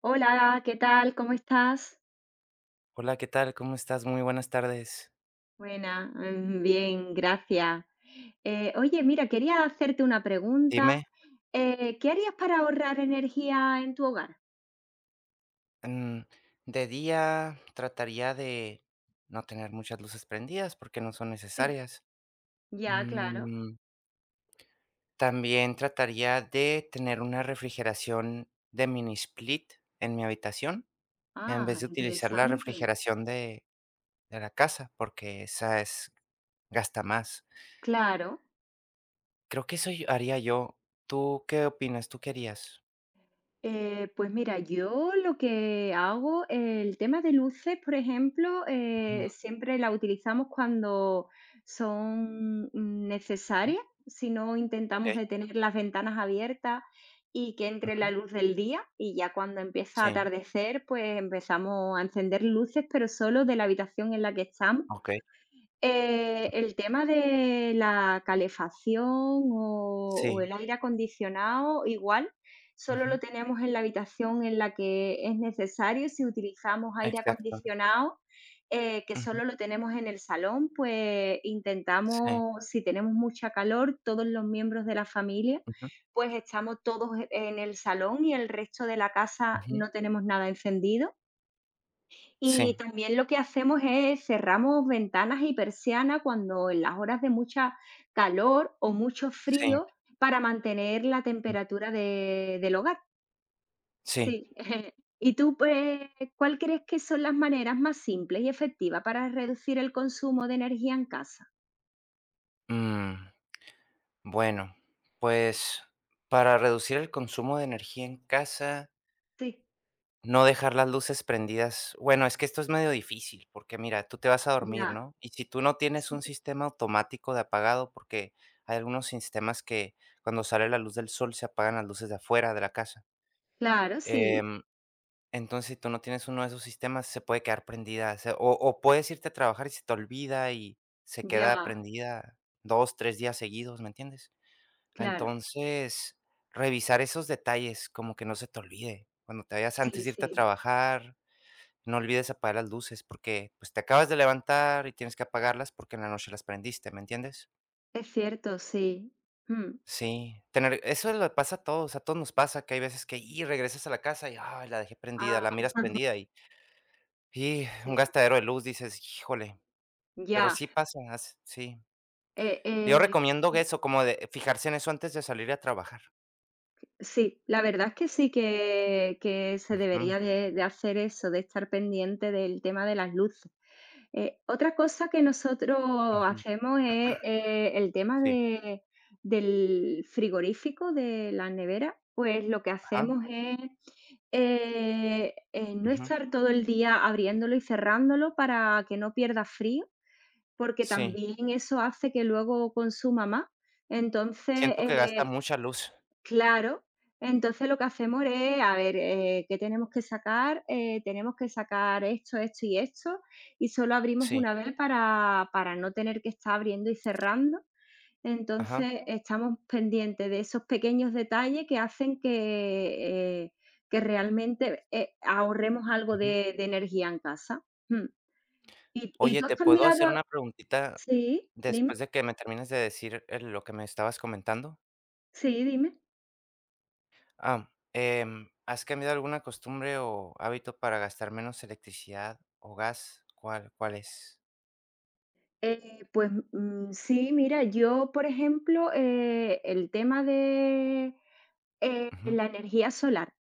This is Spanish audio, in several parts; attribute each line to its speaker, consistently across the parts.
Speaker 1: Hola, ¿qué tal? ¿Cómo estás?
Speaker 2: Hola, ¿qué tal? ¿Cómo estás? Muy buenas tardes.
Speaker 1: Buena, bien, gracias. Oye, mira, quería hacerte una pregunta.
Speaker 2: Dime.
Speaker 1: ¿Qué harías para ahorrar energía en tu hogar?
Speaker 2: mm, de día trataría de no tener muchas luces prendidas porque no son
Speaker 1: Sí.
Speaker 2: necesarias.
Speaker 1: Ya, claro.
Speaker 2: Mm, También trataría de tener una refrigeración de mini split en mi habitación en vez
Speaker 1: Ah,
Speaker 2: de utilizar la
Speaker 1: interesante.
Speaker 2: refrigeración de la casa porque esa es, gasta más.
Speaker 1: Claro.
Speaker 2: Creo que eso haría yo. ¿Tú qué opinas? ¿Tú qué harías?
Speaker 1: Pues mira, yo lo que hago, el tema de luces, por ejemplo,
Speaker 2: Ujú.
Speaker 1: siempre la utilizamos cuando son necesarias. Si no,
Speaker 2: Ok.
Speaker 1: intentamos de tener las ventanas abiertas y que entre la
Speaker 2: Ujú.
Speaker 1: luz del día, y ya cuando empieza a
Speaker 2: Sí.
Speaker 1: atardecer, pues empezamos a encender luces, pero solo de la habitación en la que estamos.
Speaker 2: Ok.
Speaker 1: El tema de la calefacción, o
Speaker 2: Sí.
Speaker 1: el aire acondicionado, igual, solo lo
Speaker 2: Ujú.
Speaker 1: tenemos en la habitación en la que es necesario. Si utilizamos aire
Speaker 2: Exacto.
Speaker 1: acondicionado, que
Speaker 2: Ujú.
Speaker 1: solo lo tenemos en el salón, pues
Speaker 2: Sí.
Speaker 1: intentamos, si tenemos mucha calor, todos los miembros de la familia,
Speaker 2: Ujú.
Speaker 1: pues estamos todos en el salón y el resto de la casa
Speaker 2: Ujú.
Speaker 1: no tenemos nada encendido.
Speaker 2: Sí,
Speaker 1: Y también lo que hacemos es cerramos ventanas y persianas cuando en las horas de mucha calor o mucho
Speaker 2: sí,
Speaker 1: frío, para mantener la
Speaker 2: ujú.
Speaker 1: temperatura de del hogar.
Speaker 2: Sí.
Speaker 1: Sí. ¿Y tú, pues, cuál crees que son las maneras más simples y efectivas para reducir el consumo de energía en casa?
Speaker 2: Mm, bueno, pues, para reducir el consumo de energía en casa,
Speaker 1: Sí,
Speaker 2: no dejar las luces prendidas. Bueno, es que esto es medio difícil, porque mira, tú te vas a dormir,
Speaker 1: ya,
Speaker 2: ¿no? Y si tú no tienes
Speaker 1: sí.
Speaker 2: un sistema automático de apagado, porque hay algunos sistemas que cuando sale la luz del sol se apagan las luces de afuera de la casa.
Speaker 1: Claro, sí,
Speaker 2: Em Entonces, si tú no tienes uno de esos sistemas, se puede quedar prendida, se o puedes irte a trabajar y se te olvida y se queda
Speaker 1: ya,
Speaker 2: prendida 2, 3 días seguidos, ¿me entiendes?
Speaker 1: claro.
Speaker 2: Entonces, revisar esos detalles, como que no se te olvide. Cuando te vayas
Speaker 1: Sí,
Speaker 2: antes de irte a
Speaker 1: sí.
Speaker 2: trabajar, no olvides apagar las luces, porque, pues, te acabas de levantar y tienes que apagarlas porque en la noche las prendiste, ¿me entiendes?
Speaker 1: Es cierto, sí. Mm.
Speaker 2: Sí, tener eso le pasa a todos nos pasa que hay veces que, y regresas a la casa y, ay, la dejé prendida,
Speaker 1: Ah,
Speaker 2: la miras prendida. Y un
Speaker 1: sí,
Speaker 2: gastadero de luz, dices: "Híjole", pero
Speaker 1: ya.
Speaker 2: sí pasa, as sí.
Speaker 1: Eh,
Speaker 2: Yo
Speaker 1: eh
Speaker 2: recomiendo que eso, como de fijarse en eso antes de salir a trabajar.
Speaker 1: Sí, la verdad es que sí, que se
Speaker 2: Ujú,
Speaker 1: debería de hacer eso, de estar pendiente del tema de las luces. Otra cosa que nosotros
Speaker 2: ujú,
Speaker 1: hacemos es, el tema
Speaker 2: sí,
Speaker 1: de del frigorífico, de la nevera. Pues lo que
Speaker 2: ajá,
Speaker 1: hacemos es, no
Speaker 2: ujú,
Speaker 1: estar todo el día abriéndolo y cerrándolo para que no pierda frío, porque
Speaker 2: sí.
Speaker 1: también eso hace que luego consuma más. Entonces,
Speaker 2: Siento que gasta
Speaker 1: eh
Speaker 2: mucha luz.
Speaker 1: Claro, entonces lo que hacemos es, a ver, ¿qué tenemos que sacar? Tenemos que sacar esto, esto y esto, y solo abrimos
Speaker 2: Sí,
Speaker 1: una vez para no tener que estar abriendo y cerrando.
Speaker 2: ajá,
Speaker 1: Entonces, estamos pendientes de esos pequeños detalles que hacen que realmente ahorremos algo
Speaker 2: ujú.
Speaker 1: de energía en casa. Mm. ¿Y
Speaker 2: Oye,
Speaker 1: tú has
Speaker 2: ¿te puedo hacer
Speaker 1: cambiado?
Speaker 2: una preguntita
Speaker 1: Sí, dime,
Speaker 2: después de que me termines de decir, lo que me estabas comentando?
Speaker 1: sí, dime.
Speaker 2: ¿Has cambiado alguna costumbre o hábito para gastar menos electricidad o gas? ¿Cuál es?
Speaker 1: Pues, sí, mira, yo, por ejemplo, el tema de,
Speaker 2: Ujú.
Speaker 1: la energía solar.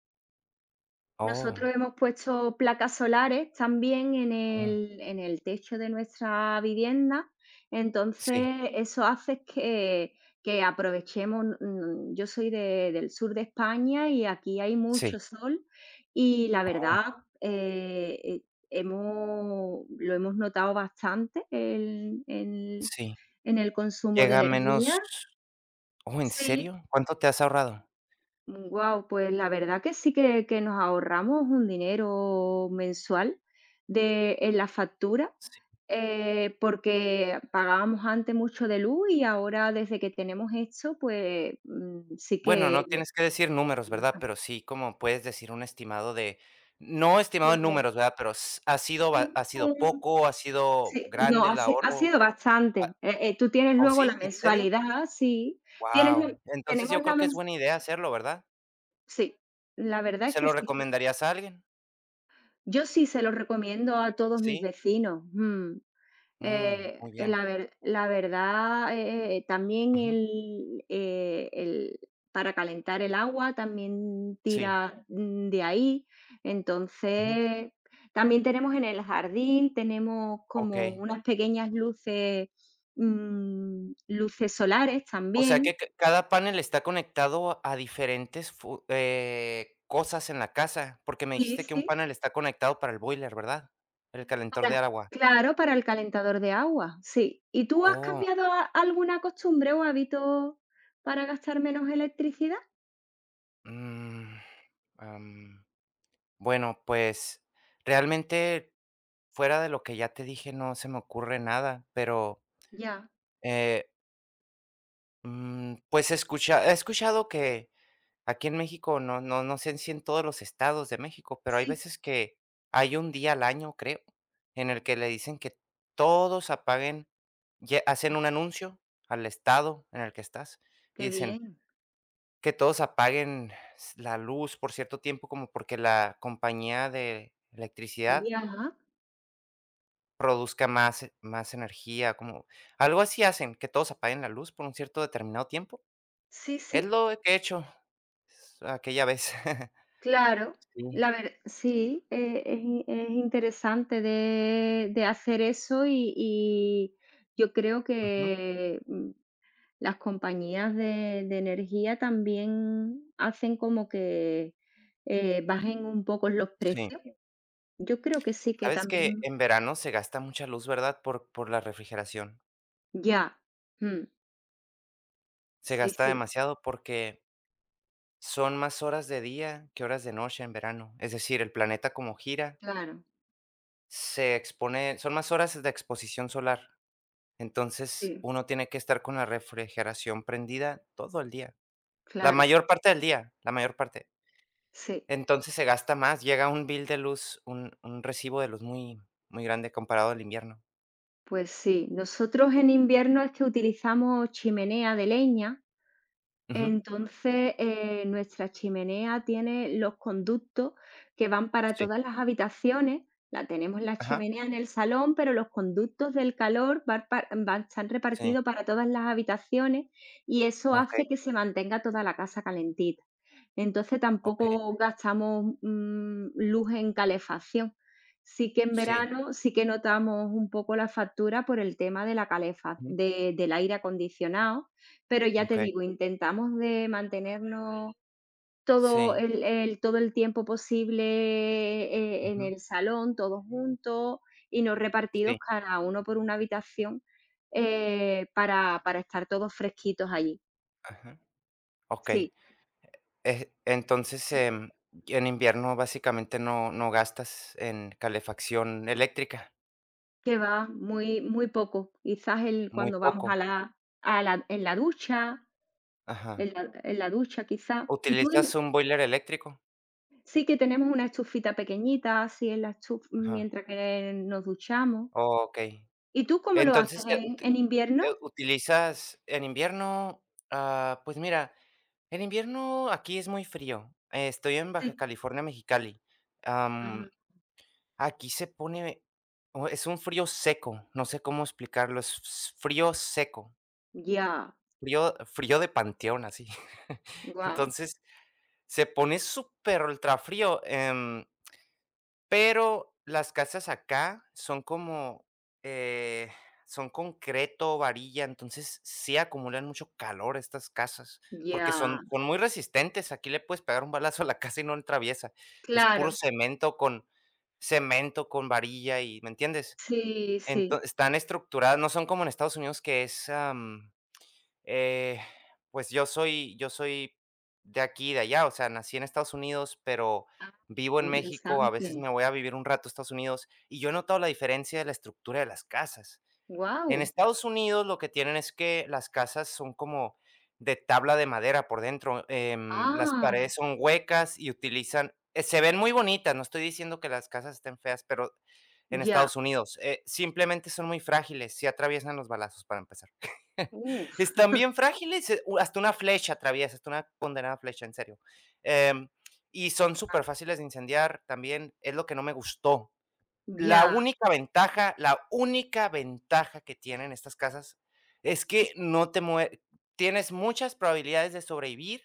Speaker 2: Oh,
Speaker 1: Nosotros hemos puesto placas solares también en
Speaker 2: mm,
Speaker 1: el techo de nuestra vivienda, entonces
Speaker 2: sí.
Speaker 1: eso hace que aprovechemos. Yo soy de del sur de España y aquí hay mucho
Speaker 2: Sí,
Speaker 1: sol, y la
Speaker 2: oh,
Speaker 1: verdad, eh, eh, hemos lo hemos notado bastante el
Speaker 2: sí,
Speaker 1: en el consumo de
Speaker 2: llega a menos.
Speaker 1: energía.
Speaker 2: Oh, ¿en
Speaker 1: Sí.
Speaker 2: serio? ¿Cuánto te has ahorrado?
Speaker 1: Wow, pues la verdad que sí, que nos ahorramos un dinero mensual de en la factura,
Speaker 2: Sí.
Speaker 1: porque pagábamos antes mucho de luz, y ahora desde que tenemos esto, pues, sí
Speaker 2: Bueno, no
Speaker 1: que
Speaker 2: tienes que decir números, ¿verdad? Pero sí, como puedes decir un estimado de no estimado
Speaker 1: pues
Speaker 2: en números, ¿verdad? Pero s ¿ha sido ba
Speaker 1: sí,
Speaker 2: ha sido
Speaker 1: un
Speaker 2: poco, ha sido
Speaker 1: sí, no,
Speaker 2: grande
Speaker 1: ha
Speaker 2: el
Speaker 1: si ha
Speaker 2: ahorro?
Speaker 1: sido
Speaker 2: Ah,
Speaker 1: bastante. Tú tienes
Speaker 2: ¿oh,
Speaker 1: luego la
Speaker 2: sí? ¿En serio?
Speaker 1: mensualidad, sí. tienes
Speaker 2: Wow.
Speaker 1: la
Speaker 2: Entonces,
Speaker 1: tenemos
Speaker 2: yo
Speaker 1: la
Speaker 2: creo que es
Speaker 1: mens
Speaker 2: buena idea hacerlo, ¿verdad?
Speaker 1: Sí, la verdad es
Speaker 2: ¿Se
Speaker 1: que
Speaker 2: lo
Speaker 1: sí.
Speaker 2: recomendarías a alguien?
Speaker 1: Yo sí se lo recomiendo a todos mis
Speaker 2: Sí.
Speaker 1: vecinos.
Speaker 2: Mm, muy bien.
Speaker 1: La verdad, también
Speaker 2: Ujú.
Speaker 1: el para calentar el agua también
Speaker 2: Sí,
Speaker 1: tira de ahí.
Speaker 2: ujú.
Speaker 1: Entonces, también tenemos en el jardín, tenemos como
Speaker 2: Okey.
Speaker 1: unas pequeñas luces, luces solares
Speaker 2: O sea
Speaker 1: también.
Speaker 2: que ca cada panel está conectado a diferentes fu cosas en la casa, porque me
Speaker 1: Sí,
Speaker 2: dijiste que un
Speaker 1: sí.
Speaker 2: panel está conectado para el boiler, ¿verdad? El calentor
Speaker 1: Para
Speaker 2: de agua.
Speaker 1: Claro, para el calentador de agua, sí. ¿Y tú has
Speaker 2: Oh,
Speaker 1: cambiado a alguna costumbre o hábito para gastar menos electricidad?
Speaker 2: mm, am, bueno, pues, realmente fuera de lo que ya te dije, no se me ocurre nada, pero,
Speaker 1: Ya.
Speaker 2: eh, pues, escucha he escuchado que aquí en México, no sé si en todos los estados de México, pero hay
Speaker 1: Sí.
Speaker 2: veces que hay un día al año, creo, en el que le dicen que todos apaguen, ye hacen un anuncio al estado en el que estás y
Speaker 1: Qué
Speaker 2: dicen
Speaker 1: bien.
Speaker 2: que todos apaguen s la luz por cierto tiempo, como porque la compañía de electricidad
Speaker 1: Ya.
Speaker 2: produzca más energía, como algo así hacen, que todos apaguen la luz por un cierto determinado tiempo.
Speaker 1: Sí,
Speaker 2: Es
Speaker 1: sí,
Speaker 2: lo que he hecho s aquella vez.
Speaker 1: claro.
Speaker 2: Sí.
Speaker 1: La verdad sí, es in es interesante de hacer eso. Y yo creo
Speaker 2: Ujú.
Speaker 1: que, las compañías de energía también hacen como que, bajen un poco los
Speaker 2: Sí.
Speaker 1: precios. Yo creo que sí, que
Speaker 2: Sabes que
Speaker 1: también.
Speaker 2: en verano se gasta mucha luz, ¿verdad? Por la refrigeración.
Speaker 1: Ya. Mm.
Speaker 2: Se
Speaker 1: Sí,
Speaker 2: gasta
Speaker 1: sí,
Speaker 2: demasiado porque son más horas de día que horas de noche en verano. Es decir, el planeta como gira,
Speaker 1: claro.
Speaker 2: se expone. Son más horas de exposición solar. Entonces,
Speaker 1: Sí,
Speaker 2: uno tiene que estar con la refrigeración prendida todo el día. La
Speaker 1: claro.
Speaker 2: mayor parte del día, la mayor parte.
Speaker 1: Sí.
Speaker 2: Entonces, se gasta más, llega un bill de luz, un recibo de luz muy muy grande comparado al invierno.
Speaker 1: Pues sí, nosotros en invierno es que utilizamos chimenea de leña.
Speaker 2: Ujú.
Speaker 1: Entonces, nuestra chimenea tiene los conductos que van para
Speaker 2: Sí.
Speaker 1: todas las habitaciones. La tenemos, la
Speaker 2: Ajá.
Speaker 1: chimenea, en el salón, pero los conductos del calor están
Speaker 2: Sí.
Speaker 1: repartidos para todas las habitaciones, y eso
Speaker 2: Okey,
Speaker 1: hace que se mantenga toda la casa calentita. Entonces
Speaker 2: okey.
Speaker 1: tampoco gastamos luz en calefacción. Sí que en
Speaker 2: Sí.
Speaker 1: verano sí que notamos un poco la factura por el tema de
Speaker 2: Ujú,
Speaker 1: del aire acondicionado. Pero ya te
Speaker 2: okey,
Speaker 1: digo, intentamos de mantenernos
Speaker 2: sí,
Speaker 1: todo el tiempo posible, en
Speaker 2: ujú,
Speaker 1: el salón, todos juntos, y no repartidos
Speaker 2: sí,
Speaker 1: cada uno por una habitación, para estar todos fresquitos allí.
Speaker 2: ajá, okey.
Speaker 1: Sí,
Speaker 2: Entonces,
Speaker 1: sí,
Speaker 2: en invierno básicamente no gastas en calefacción eléctrica,
Speaker 1: que va, muy muy poco. Quizás el
Speaker 2: muy
Speaker 1: cuando vamos
Speaker 2: poco,
Speaker 1: a la en la ducha. en
Speaker 2: ajá.
Speaker 1: la en la ducha, quizás. Y tú en
Speaker 2: ¿Utilizas un boiler eléctrico?
Speaker 1: Sí que tenemos una estufita pequeñita, así, en la estu
Speaker 2: Ajá,
Speaker 1: mientras que nos duchamos.
Speaker 2: okey.
Speaker 1: ¿Y tú cómo lo haces?
Speaker 2: Entonces,
Speaker 1: ¿En en invierno?
Speaker 2: utilizas en invierno, ah, pues mira, en invierno aquí es muy frío. Estoy en
Speaker 1: Sí.
Speaker 2: Baja California, Mexicali. Am
Speaker 1: Ajá.
Speaker 2: Aquí se pone o es un frío seco, no sé cómo explicarlo, es s frío seco,
Speaker 1: Ya,
Speaker 2: frío frío de panteón, así.
Speaker 1: wow,
Speaker 2: Entonces, se pone súper ultrafrío, pero las casas acá son como, eh, son concreto, varilla, entonces sí acumulan mucho calor estas casas, porque
Speaker 1: ya,
Speaker 2: son muy resistentes, aquí le puedes pegar un balazo a la casa y no le atraviesa, es puro
Speaker 1: claro.
Speaker 2: cemento con varilla y, ¿me entiendes?
Speaker 1: Sí, sí.
Speaker 2: Ento están estructuradas, no son como en Estados Unidos que es, eh, pues yo soy de aquí y de allá, o sea, nací en Estados Unidos, pero
Speaker 1: Ah.
Speaker 2: vivo en México, a veces
Speaker 1: Interesante.
Speaker 2: me voy a vivir un rato a Estados Unidos, y yo he notado la diferencia de la estructura de las casas. En
Speaker 1: Wow.
Speaker 2: Estados Unidos lo que tienen es que las casas son como de tabla de madera por dentro, las
Speaker 1: Ah,
Speaker 2: paredes son huecas y utilizan se ven muy bonitas, no estoy diciendo que las casas estén feas, pero en
Speaker 1: ya.
Speaker 2: Estados Unidos, simplemente son muy frágiles. Si atraviesan los balazos para empezar.
Speaker 1: Uf.
Speaker 2: Están bien frágiles, u hasta una flecha atraviesa, hasta una condenada flecha, en serio. Em, y son
Speaker 1: Ajá.
Speaker 2: superfáciles de incendiar también, es lo que no me gustó. La
Speaker 1: Ya,
Speaker 2: única ventaja, la única ventaja que tienen estas casas es
Speaker 1: sí.
Speaker 2: que no te mue. Tienes muchas probabilidades de sobrevivir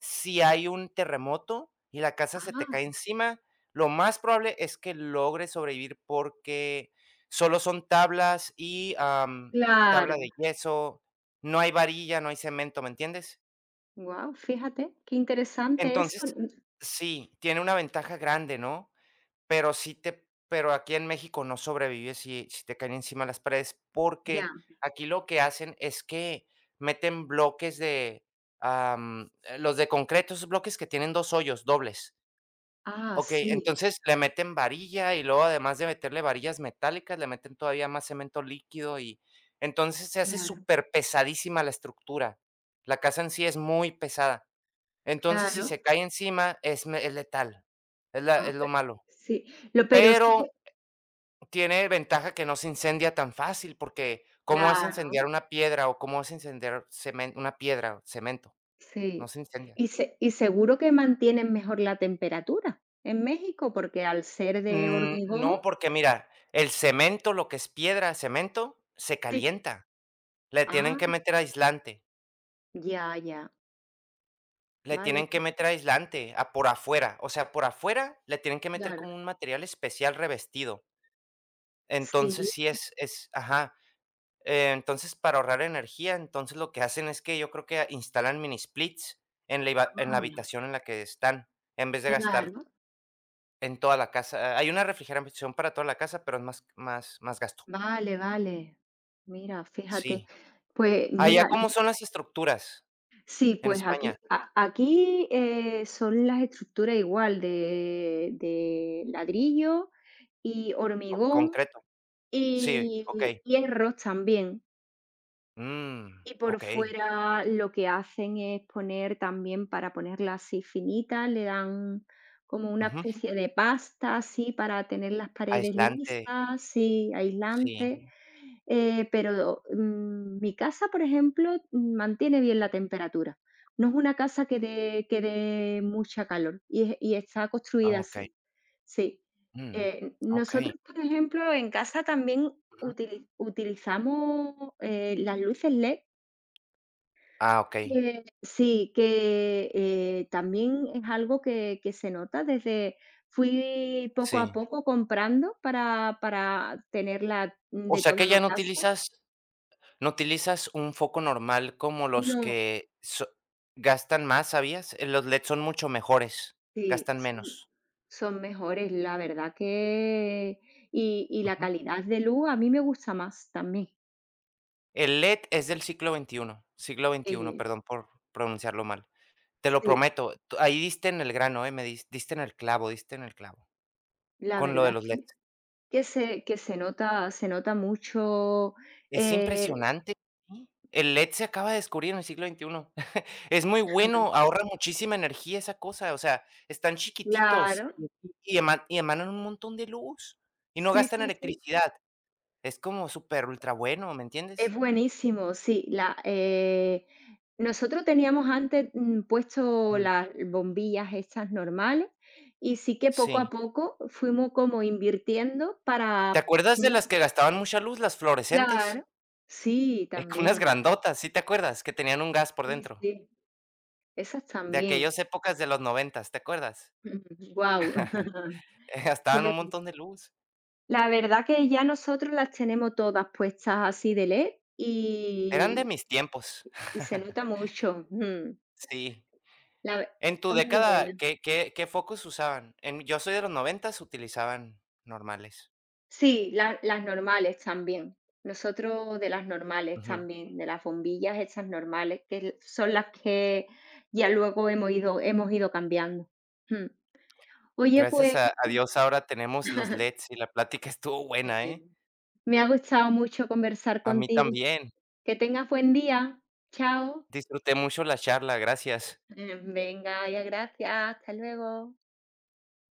Speaker 2: si hay un terremoto y la casa se te cae
Speaker 1: Ah,
Speaker 2: encima. Lo más probable es que logres sobrevivir porque solo son tablas y, tabla
Speaker 1: claro.
Speaker 2: de yeso, no hay varilla, no hay cemento, ¿me entiendes?
Speaker 1: Wow, fíjate, qué interesante
Speaker 2: Entonces,
Speaker 1: eso. Mm,
Speaker 2: sí, tiene una ventaja grande, ¿no? Pero sí te pero aquí en México no sobrevives si te caen encima las paredes,
Speaker 1: ya.
Speaker 2: porque aquí lo que hacen es que meten bloques de, los de concreto, esos bloques que tienen 2 hoyos dobles.
Speaker 1: Ah,
Speaker 2: Okey,
Speaker 1: sí,
Speaker 2: entonces le meten varilla y luego además de meterle varillas metálicas, le meten todavía más cemento líquido y entonces se hace
Speaker 1: claro,
Speaker 2: súper pesadísima la estructura. La casa en sí es muy pesada. Entonces, si
Speaker 1: claro.
Speaker 2: se cae encima es letal, es la
Speaker 1: Ah,
Speaker 2: es lo
Speaker 1: pe
Speaker 2: malo.
Speaker 1: sí, lo pero sí que
Speaker 2: Pero tiene ventaja que no se incendia tan fácil, porque, ¿cómo vas a incendiar
Speaker 1: claro.
Speaker 2: una piedra o cómo vas a incendiar cemen una piedra, cemento? No
Speaker 1: Sí.
Speaker 2: se incendia.
Speaker 1: Y seguro que mantienen mejor la temperatura en México, porque al ser de
Speaker 2: Mm,
Speaker 1: hormigón,
Speaker 2: no, porque mira, el cemento, lo que es piedra, cemento, se
Speaker 1: sí.
Speaker 2: calienta. Le tienen
Speaker 1: Ah,
Speaker 2: que meter aislante,
Speaker 1: ya, ya.
Speaker 2: le
Speaker 1: Vale,
Speaker 2: tienen que
Speaker 1: pues,
Speaker 2: meter aislante a por afuera, o sea, por afuera le tienen que meter
Speaker 1: claro.
Speaker 2: como un material especial revestido. Entonces
Speaker 1: Sí,
Speaker 2: sí es ajá. Entonces, para ahorrar energía, entonces lo que hacen es que yo creo que instalan mini splits en la
Speaker 1: ah,
Speaker 2: habitación en la que están, en vez de gastar
Speaker 1: claro.
Speaker 2: en toda la casa. Hay una refrigeración para toda la casa, pero es más, más, más gasto.
Speaker 1: Vale, vale. Mira, fíjate.
Speaker 2: Sí.
Speaker 1: Pues
Speaker 2: Allá,
Speaker 1: mira,
Speaker 2: ¿cómo son las estructuras
Speaker 1: sí,
Speaker 2: en
Speaker 1: pues
Speaker 2: España?
Speaker 1: aquí, son las estructuras igual, de ladrillo y hormigón,
Speaker 2: Concreto. Sí,
Speaker 1: y
Speaker 2: ok.
Speaker 1: y hierros también.
Speaker 2: Mm,
Speaker 1: Y por
Speaker 2: ok.
Speaker 1: fuera lo que hacen es poner también, para ponerla así finita, le dan como una
Speaker 2: Ujú.
Speaker 1: especie de pasta, así, para tener las paredes
Speaker 2: Aislante.
Speaker 1: lisas, sí, aislante.
Speaker 2: Sí.
Speaker 1: Pero, mi casa, por ejemplo, mantiene bien la temperatura. No es una casa que dé mucha calor, y es y está construida
Speaker 2: Ok.
Speaker 1: así. Sí.
Speaker 2: Mm, ok.
Speaker 1: Nosotros, por ejemplo, en casa también
Speaker 2: Ujú.
Speaker 1: utilizamos, las luces LED.
Speaker 2: Ah, ok.
Speaker 1: Sí, que, también es algo que se nota. Desde Fui poco a
Speaker 2: Sí.
Speaker 1: poco comprando para tenerla
Speaker 2: O
Speaker 1: de
Speaker 2: sea
Speaker 1: toda
Speaker 2: que
Speaker 1: la
Speaker 2: ya no
Speaker 1: casa.
Speaker 2: utilizas No utilizas un foco normal como los
Speaker 1: No,
Speaker 2: que gastan más, ¿sabías? Los LED son mucho mejores,
Speaker 1: sí,
Speaker 2: gastan
Speaker 1: son
Speaker 2: menos.
Speaker 1: son mejores, la verdad que, y la
Speaker 2: Ujú.
Speaker 1: calidad de luz a mí me gusta más también.
Speaker 2: El LED es del siglo XXI, siglo XXI,
Speaker 1: Eh,
Speaker 2: perdón por pronunciarlo mal. Te lo
Speaker 1: sí,
Speaker 2: prometo, tú ahí diste en el grano, me diste en el clavo, diste en el clavo,
Speaker 1: la
Speaker 2: con lo de
Speaker 1: verdad
Speaker 2: los
Speaker 1: es que
Speaker 2: LEDs.
Speaker 1: que se que se nota se nota mucho.
Speaker 2: Es
Speaker 1: eh
Speaker 2: impresionante, sí. El LED se acaba de descubrir en el siglo XXI. Es muy bueno, ahorra muchísima energía esa cosa, o sea, están chiquititos
Speaker 1: claro,
Speaker 2: y eman y emanan un montón de luz y no
Speaker 1: sí,
Speaker 2: gastan
Speaker 1: sí, sí.
Speaker 2: electricidad. Es como súper ultra bueno, ¿me
Speaker 1: Es
Speaker 2: entiendes?
Speaker 1: buenísimo, sí. Nosotros teníamos antes puesto
Speaker 2: Ujú,
Speaker 1: las bombillas estas normales, y sí que poco a
Speaker 2: sí.
Speaker 1: poco fuimos como invirtiendo
Speaker 2: ¿Te
Speaker 1: para
Speaker 2: acuerdas de
Speaker 1: poner-
Speaker 2: las que gastaban mucha luz, las fluorescentes?
Speaker 1: claro, sí,
Speaker 2: Con unas
Speaker 1: también,
Speaker 2: grandotas, ¿sí te acuerdas? Que tenían un gas por
Speaker 1: sí,
Speaker 2: dentro,
Speaker 1: sí, esas
Speaker 2: de
Speaker 1: también.
Speaker 2: aquellas épocas de los noventas, ¿te acuerdas?
Speaker 1: Wow.
Speaker 2: Gastaban
Speaker 1: Pues
Speaker 2: un montón de luz.
Speaker 1: la verdad que ya nosotros las tenemos todas puestas así de LED,
Speaker 2: Eran de
Speaker 1: y,
Speaker 2: mis tiempos.
Speaker 1: y se nota mucho. Mm.
Speaker 2: Sí.
Speaker 1: La ve-
Speaker 2: En tu
Speaker 1: Son muy
Speaker 2: década,
Speaker 1: buenas.
Speaker 2: ¿qué focos usaban? En yo soy de los noventas, utilizaban normales.
Speaker 1: Sí, las normales también. Nosotros de las normales
Speaker 2: Ujú.
Speaker 1: también, de las bombillas estas normales, son las que ya luego hemos ido, cambiando. Mm. Oye,
Speaker 2: Gracias
Speaker 1: pues
Speaker 2: a Dios ahora tenemos los LEDs y la plática estuvo buena,
Speaker 1: sí,
Speaker 2: ¿eh?
Speaker 1: me ha gustado mucho conversar
Speaker 2: A mí
Speaker 1: contigo.
Speaker 2: también.
Speaker 1: Que tengas buen día. Chao.
Speaker 2: Disfruté mucho la charla, gracias.
Speaker 1: Venga, ya gracias. Hasta luego.